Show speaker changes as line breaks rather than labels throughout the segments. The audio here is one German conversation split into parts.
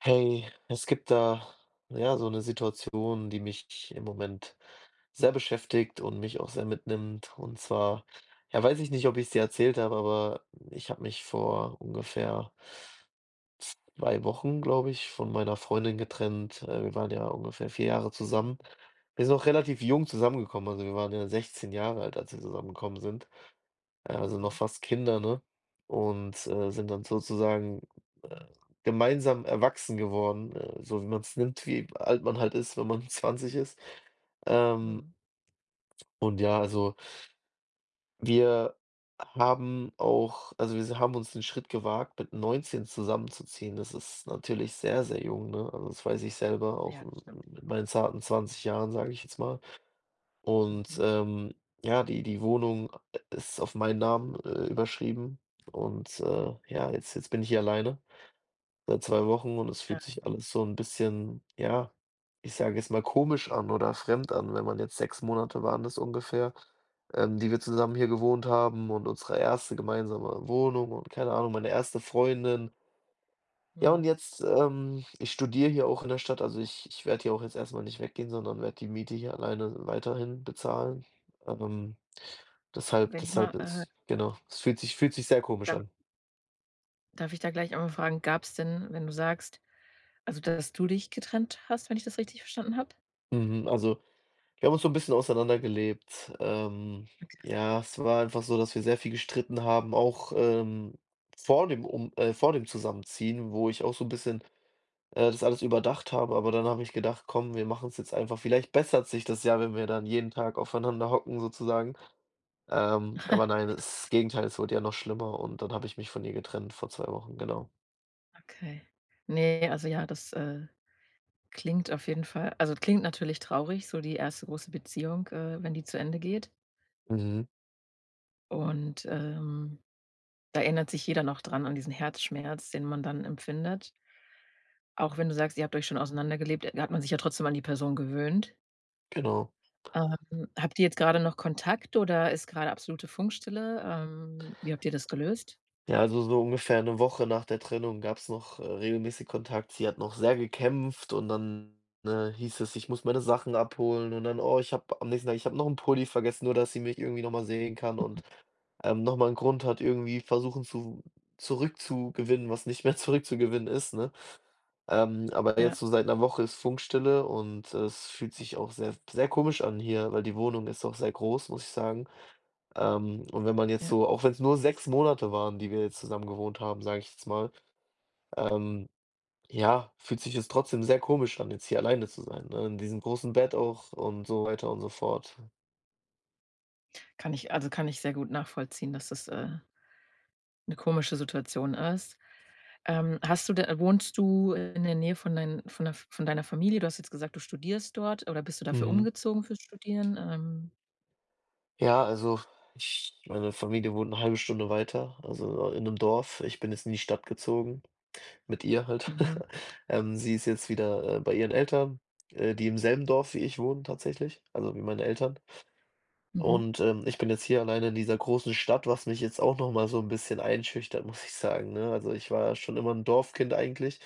Hey, es gibt da ja so eine Situation, die mich im Moment sehr beschäftigt und mich auch sehr mitnimmt. Und zwar, ja, weiß ich nicht, ob ich es dir erzählt habe, aber ich habe mich vor ungefähr 2 Wochen, glaube ich, von meiner Freundin getrennt. Wir waren ja ungefähr 4 Jahre
Oh,
zusammen. Wir sind auch relativ jung zusammengekommen. Also, wir waren ja 16 Jahre alt, als wir zusammengekommen sind noch
mhm,
fast Kinder, ne? Und, sind dann sozusagen, äh, gemeinsam erwachsen geworden, so wie man es nimmt, wie alt man halt ist, wenn man 20 ist. Ähm,
mhm.
und ja, also, wir wir haben uns den Schritt gewagt, mit 19 zusammenzuziehen. Das ist natürlich sehr, sehr jung, ne? Also, das weiß ich selber, auch
Ja, das
m
stimmt.
mit meinen zarten 20 Jahren, sage ich jetzt mal. Und,
Mhm.
ja, die Wohnung ist auf meinen Namen, überschrieben und, ja, jetzt bin ich hier alleine seit 2 Wochen und es fühlt sich
Ähm,
alles so ein bisschen, ja, ich sage jetzt mal komisch an oder fremd an, wenn man jetzt 6 Monate waren das ungefähr, die wir zusammen hier gewohnt haben und unsere erste gemeinsame Wohnung und keine Ahnung, meine erste Freundin. Ja, und
mhm.
jetzt, ich studiere hier auch in der Stadt, also ich werde hier auch jetzt erstmal nicht weggehen, sondern werde die Miete hier alleine weiterhin bezahlen. Ähm, deshalb
Wenn ich mal,
deshalb ist genau, es fühlt sich sehr komisch
da
an.
darf ich da gleich einmal fragen, gab es denn, wenn du sagst dass du dich getrennt hast, wenn ich das richtig verstanden habe?
Mhm, also, wir haben uns so ein bisschen auseinandergelebt. Ja, es war einfach so, dass wir sehr viel gestritten haben, auch, vor dem Zusammenziehen, wo ich auch so ein bisschen das alles überdacht habe, aber dann habe ich gedacht: „Komm, wir machen es jetzt einfach. Vielleicht bessert sich das ja, wenn wir dann jeden Tag aufeinander hocken sozusagen." Aber nein, das Gegenteil, es wurde ja noch schlimmer und dann habe ich mich von ihr getrennt vor 2 Wochen, genau.
Okay. Ne, also ja, das, klingt auf jeden Fall also, klingt natürlich traurig, so die erste große Beziehung, wenn die zu Ende geht.
Mhm,
Und, da erinnert sich jeder noch dran an diesen Herzschmerz, den man dann empfindet. Auch wenn du sagst, ihr habt euch schon auseinandergelebt, hat man sich ja trotzdem an die Person gewöhnt.
genau.
Ähm, habt ihr jetzt gerade noch Kontakt oder ist gerade absolute Funkstille? Wie habt ihr das gelöst?
Ja, also so ungefähr eine Woche nach der Trennung gab's noch, regelmäßig Kontakt. Sie hat noch sehr gekämpft und dann, ne, hieß es: „Ich muss meine Sachen abholen" und dann: „Oh, ich habe am nächsten Tag ich habe noch einen Pulli vergessen", nur dass sie mich irgendwie noch mal sehen kann und, noch mal 'n Grund hat, irgendwie versuchen zu zurückzugewinnen, was nicht mehr zurückzugewinnen ist, ne? Aber
Ja,
jetzt so seit einer Woche ist Funkstille und es fühlt sich auch sehr sehr komisch an hier, weil die Wohnung ist auch sehr groß, muss ich sagen. Und wenn man jetzt
ja.
so auch wenn es nur 6 Monate waren, die wir jetzt zusammen gewohnt haben, sage ich jetzt mal, ähm, ja, fühlt sich es trotzdem sehr komisch an, jetzt hier alleine zu sein, ne, in diesem großen Bett auch und so weiter und so fort.
Kann ich also, kann ich sehr gut nachvollziehen, dass das, 'ne komische Situation ist. Hast du de wohnst du in der Nähe von dein von der von deiner Familie? Du hast jetzt gesagt, du studierst dort oder bist du dafür
Mhm.
umgezogen fürs Studieren?
Ja, also ich meine Familie wohnt eine halbe Stunde weiter, also in 'nem Dorf. Ich bin jetzt in die Stadt gezogen, mit ihr halt.
Mhm,
Sie ist jetzt wieder, bei ihren Eltern, die im selben Dorf wie ich wohnen tatsächlich, also wie meine Eltern.
mhm,
Und, ich bin jetzt hier alleine in dieser großen Stadt, was mich jetzt auch noch mal so ein bisschen einschüchtert, muss ich sagen, ne? Also, ich war schon immer ein Dorfkind eigentlich,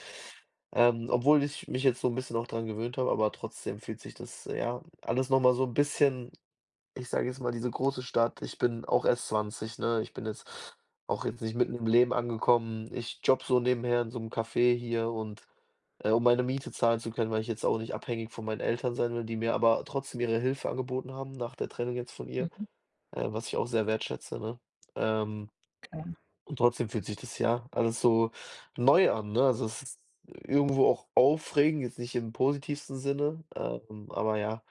obwohl ich mich jetzt so ein bisschen auch dran gewöhnt habe, aber trotzdem fühlt sich das, ja, alles noch mal so ein bisschen ich sage jetzt mal, diese große Stadt ich bin auch erst 20, ne? Ich bin jetzt auch jetzt nicht mitten im Leben angekommen. Ich jobbe so nebenher in so einem Café hier und, um meine Miete zahlen zu können, weil ich jetzt auch nicht abhängig von meinen Eltern sein will, die mir aber trotzdem ihre Hilfe angeboten haben nach der Trennung jetzt von ihr
mhm,
was ich auch sehr wertschätze, ne? Ähm,
klar.
und trotzdem fühlt sich das ja alles so neu an, ne? Also, es ist irgendwo auch aufregend, jetzt nicht im positivsten Sinne, aber ja,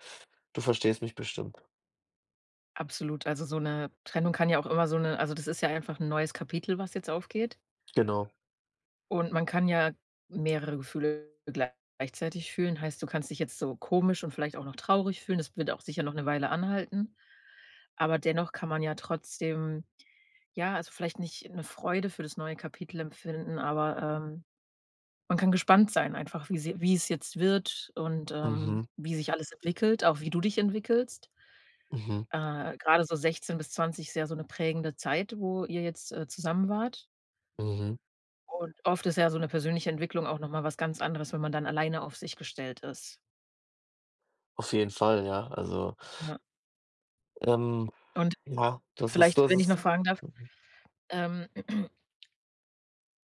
du verstehst mich bestimmt.
Absolut. Also, so eine Trennung kann ja auch immer so eine. Also, das ist ja einfach ein neues Kapitel, was jetzt aufgeht.
Genau.
Und man kann ja mehrere Gefühle gleichzeitig fühlen. Heißt, du kannst dich jetzt so komisch und vielleicht auch noch traurig fühlen. Das wird auch sicher noch eine Weile anhalten. Aber dennoch kann man ja trotzdem ja, also, vielleicht nicht eine Freude für das neue Kapitel empfinden, aber, man kann gespannt sein einfach, wie sie wie es jetzt wird und,
Mhm,
wie sich alles entwickelt, auch wie du dich entwickelst.
mhm,
Grade so 16 bis 20 ist ja so eine prägende Zeit, wo ihr jetzt, zusammen wart.
mhm.
Und oft ist ja so eine persönliche Entwicklung auch noch mal was ganz anderes, wenn man dann alleine auf sich gestellt ist.
Auf jeden Fall, ja. Also,
Ja.
ähm,
Und
ja, das ist
vielleicht,
das
wenn ich
ist
noch fragen darf, ähm,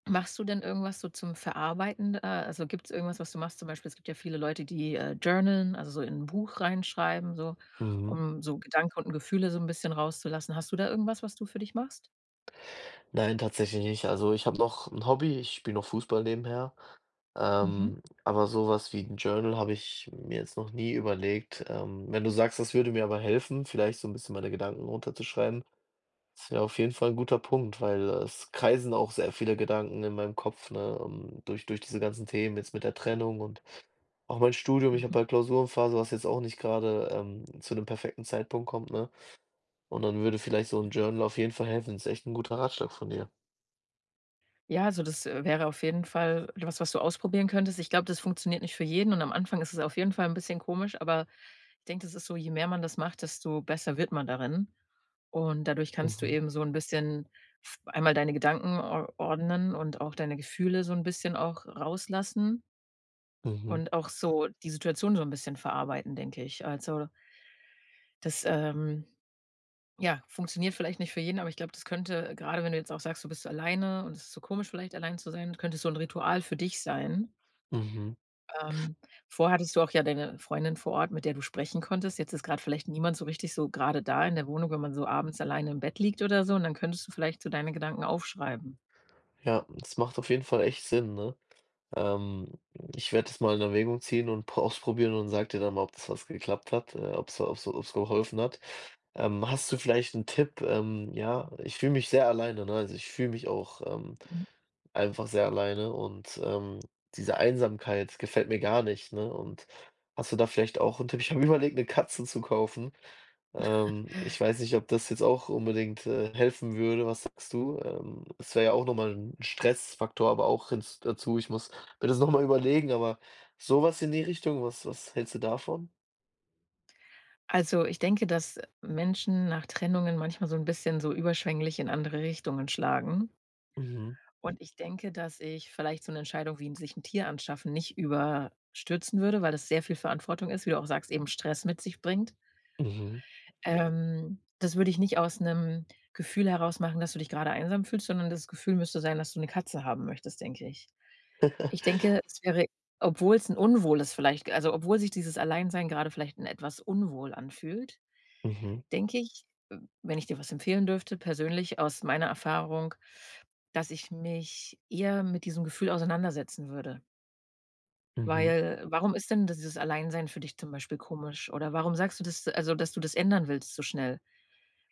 machst du denn irgendwas so zum Verarbeiten? Also, gibt es irgendwas, was du machst? Zum Beispiel, es gibt ja viele Leute, die, journalen, also, so in ein Buch reinschreiben, so
mhm.
um so Gedanken und Gefühle so ein bisschen rauszulassen. Hast du da irgendwas, was du für dich machst?
Nein, tatsächlich nicht. Also, ich habe noch ein Hobby, ich spiele noch Fußball nebenher.
Mhm.
Aber sowas wie ein Journal habe ich mir jetzt noch nie überlegt. Wenn du sagst, das würde mir aber helfen, vielleicht so ein bisschen meine Gedanken runterzuschreiben, ist ja auf jeden Fall ein guter Punkt, weil es kreisen auch sehr viele Gedanken in meinem Kopf, ne, durch diese ganzen Themen jetzt mit der Trennung und auch mein Studium. Ich habe
Mhm.
halt Klausurenphase, was jetzt auch nicht gerade zu 'nem perfekten Zeitpunkt kommt, ne? Und dann würde vielleicht so ein Journal auf jeden Fall helfen. Ist echt ein guter Ratschlag von dir.
Ja, also das, wäre auf jeden Fall was, was du ausprobieren könntest. Ich glaube, das funktioniert nicht für jeden und am Anfang ist es auf jeden Fall ein bisschen komisch, aber ich denke, das ist so, je mehr man das macht, desto besser wird man darin. Und dadurch kannst du
Mhm,
eben so ein bisschen f einmal deine Gedanken or ordnen und auch deine Gefühle so ein bisschen auch rauslassen
mhm,
und auch so die Situation so ein bisschen verarbeiten, denke ich. Also, das, ja, funktioniert vielleicht nicht für jeden, aber ich glaube, das könnte, gerade, wenn du jetzt auch sagst, du bist alleine und es ist so komisch vielleicht allein zu sein, könnte es so ein Ritual für dich sein.
mhm.
Ähm, vorher hattest du auch ja deine Freundin vor Ort, mit der du sprechen konntest. Jetzt ist gerade vielleicht niemand so richtig so gerade da in der Wohnung, wenn man so abends alleine im Bett liegt oder so und dann könntest du vielleicht so deine Gedanken aufschreiben.
Ja, das macht auf jeden Fall echt Sinn, ne? Ähm, ich werde das mal in Erwägung ziehen und pro ausprobieren und sage dir dann mal, ob das was geklappt hat, ob es ob's ob's ob's geholfen hat. Hast du vielleicht einen Tipp? Ja, ich fühle mich sehr alleine, ne? Also, ich fühle mich auch,
Mhm.
einfach sehr alleine und, diese Einsamkeit gefällt mir gar nicht, ne? Und hast du da vielleicht auch einen Tipp? Ich habe überlegt, eine Katze zu kaufen. Ich weiß nicht, ob das jetzt auch unbedingt, helfen würde. Was sagst du? Es wäre ja auch nochmal ein Stressfaktor, aber auch hinzu. Dazu. Ich muss mir das nochmal überlegen, aber sowas in die Richtung, was hältst du davon?
Also, ich denke, dass Menschen nach Trennungen manchmal so ein bisschen so überschwänglich in andere Richtungen schlagen.
Mhm,
Und ich denke, dass ich vielleicht so eine Entscheidung wie 'n sich ein Tier anschaffen nicht überstürzen würde, weil das sehr viel Verantwortung ist, wie du auch sagst, eben Stress mit sich bringt.
mhm,
Das würde ich nicht aus einem Gefühl heraus machen, dass du dich gerade einsam fühlst, sondern das Gefühl müsste sein, dass du eine Katze haben möchtest, denke ich. Ich denke, es wäre obwohl obwohl's 'n unwohles vielleicht also, obwohl sich dieses Alleinsein gerade vielleicht ein etwas unwohl anfühlt,
mhm,
denke ich, w wenn ich dir was empfehlen dürfte, persönlich aus meiner Erfahrung, dass ich mich eher mit diesem Gefühl auseinandersetzen würde.
mhm,
Weil warum ist denn dieses Alleinsein für dich zum Beispiel komisch? Oder warum sagst du das also, dass du das ändern willst so schnell?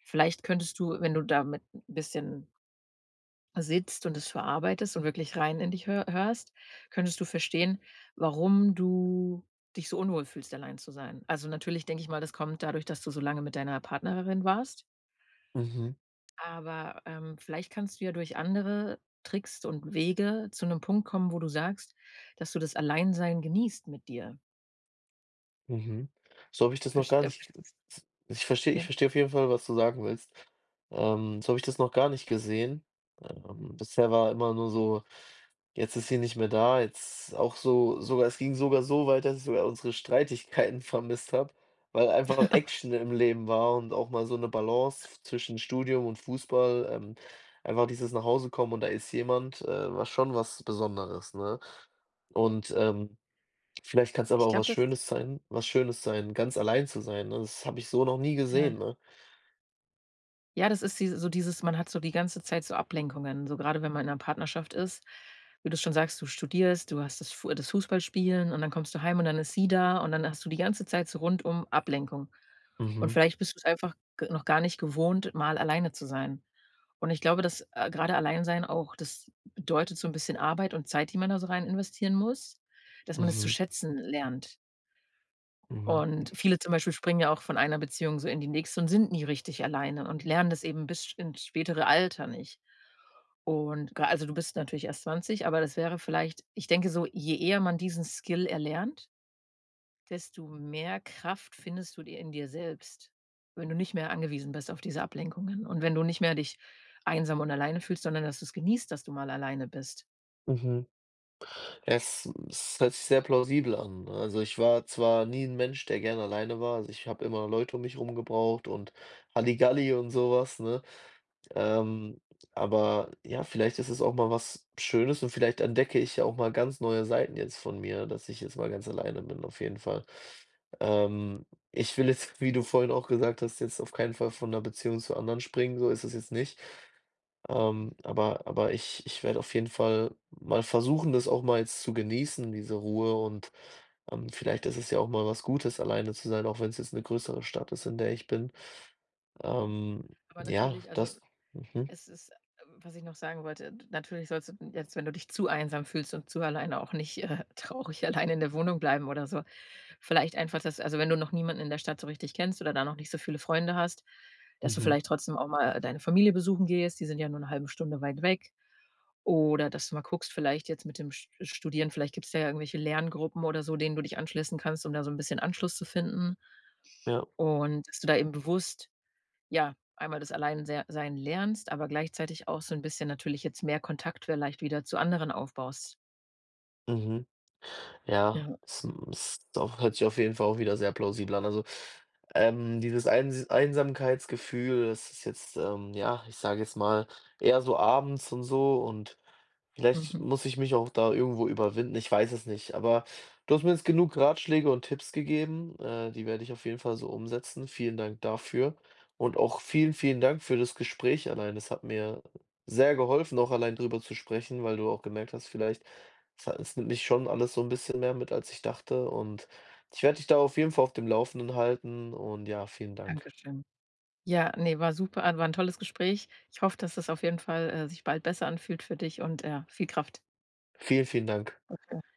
Vielleicht könntest du, wenn du damit ein bisschen sitzt und es verarbeitest und wirklich rein in dich hörst, könntest du verstehen, warum du dich so unwohl fühlst, allein zu sein. Also, natürlich denke ich mal, das kommt dadurch, dass du so lange mit deiner Partnerin warst,
mhm,
aber, vielleicht kannst du ja durch andere Tricks und Wege zu einem Punkt kommen, wo du sagst, dass du das Alleinsein genießt mit dir.
mhm. So habe ich das noch gar nicht
Verstehst
ich verstehe ich
ja.
verstehe auf jeden Fall, was du sagen willst. So habe ich das noch gar nicht gesehen. Bisher war immer nur so jetzt ist sie nicht mehr da, jetzt auch so sogar es ging sogar so weit, dass ich sogar unsere Streitigkeiten vermisst habe, weil einfach Action im Leben war und auch mal so eine Balance zwischen Studium und Fußball, einfach dieses nach Hause kommen und da ist jemand, war schon was Besonderes, ne? Und, vielleicht kann es aber
Ich
auch
glaube,
was
das
Schönes sein was Schönes sein, ganz allein zu sein, ne? Das habe ich so noch nie
ja.
gesehen, ne?
Ja, das ist diese so dieses man hat so die ganze Zeit so Ablenkungen, so gerade wenn man in einer Partnerschaft ist. Wie du schon sagst, du studierst, du hast das Fu das Fußballspielen und dann kommst du heim und dann ist sie da und dann hast du die ganze Zeit so rundum Ablenkung. Und
Mhm,
vielleicht bist du's einfach g noch gar nicht gewohnt, mal alleine zu sein. Und ich glaube, dass, grade Alleinsein auch das bedeutet so ein bisschen Arbeit und Zeit, die man da so rein investieren muss, dass man es zu
mhm,
schätzen lernt.
mhm,
Und viele zum Beispiel springen ja auch von einer Beziehung so in die nächste und sind nie richtig alleine und lernen das eben bis sch ins spätere Alter nicht. Und gra also, du bist natürlich erst 20, aber das wäre vielleicht ich denke so, je eher man diesen Skill erlernt, desto mehr Kraft findest du dir in dir selbst, wenn du nicht mehr angewiesen bist auf diese Ablenkungen und wenn du nicht mehr dich einsam und alleine fühlst, sondern dass du es genießt, dass du mal alleine bist.
mhm. Ja, es hört sich sehr plausibel an, ne? Also, ich war zwar nie ein Mensch, der gerne alleine war. Also, ich habe immer Leute um mich rum gebraucht und Halligalli und sowas, ne? Ähm, aber ja, vielleicht ist es auch mal was Schönes und vielleicht entdecke ich ja auch mal ganz neue Seiten jetzt von mir, dass ich jetzt mal ganz alleine bin, auf jeden Fall. Ähm, ich will jetzt, wie du vorhin auch gesagt hast, jetzt auf keinen Fall von 'ner Beziehung zur anderen springen, so ist es jetzt nicht. Aber ich werde auf jeden Fall mal versuchen, das auch mal jetzt zu genießen, diese Ruhe und, vielleicht ist es ja auch mal was Gutes, alleine zu sein, auch wenn es jetzt eine größere Stadt ist, in der ich bin.
Ne?
Ähm,
Aber
ja,
natürlich also
mhm,
Es ist was ich noch sagen wollte, d natürlich sollst du jetzt, wenn du dich zu einsam fühlst und zu alleine auch nicht, traurig alleine in der Wohnung bleiben oder so. Vielleicht einfach, dass also, wenn du noch niemanden in der Stadt so richtig kennst oder da noch nicht so viele Freunde hast, dass du
mhm,
vielleicht trotzdem auch mal deine Familie besuchen gehst, die sind ja nur eine halbe Stunde weit weg. Oder dass du mal guckst, vielleicht jetzt mit dem St Studieren, vielleicht gibt es ja irgendwelche Lerngruppen oder so, denen du dich anschließen kannst, um da so ein bisschen Anschluss zu finden.
ja,
Und dass du da eben bewusst ja, einmal das Alleinsein lernst, aber gleichzeitig auch so ein bisschen natürlich jetzt mehr Kontakt vielleicht wieder zu anderen aufbaust.
mhm, ja,
Ja,
es doch hört sich auf jeden Fall auch wieder sehr plausibel an. Also, dieses Einsamkeitsgefühl, das ist jetzt, ja, ich sage jetzt mal, eher so abends und so und vielleicht
mhm.
muss ich mich auch da irgendwo überwinden, ich weiß es nicht, aber du hast mir jetzt genug Ratschläge und Tipps gegeben, die werde ich auf jeden Fall so umsetzen. Vielen Dank dafür und auch vielen, vielen Dank für das Gespräch allein. Es hat mir sehr geholfen, auch allein drüber zu sprechen, weil du auch gemerkt hast, vielleicht, es nimmt mich schon alles so ein bisschen mehr mit, als ich dachte und ich werde dich da auf jeden Fall auf dem Laufenden halten und ja, vielen Dank.
Dankeschön. Ja, nee, war super war ein tolles Gespräch. Ich hoffe, dass das auf jeden Fall, sich bald besser anfühlt für dich und, ja, viel Kraft.
Vielen, vielen Dank.
Okay.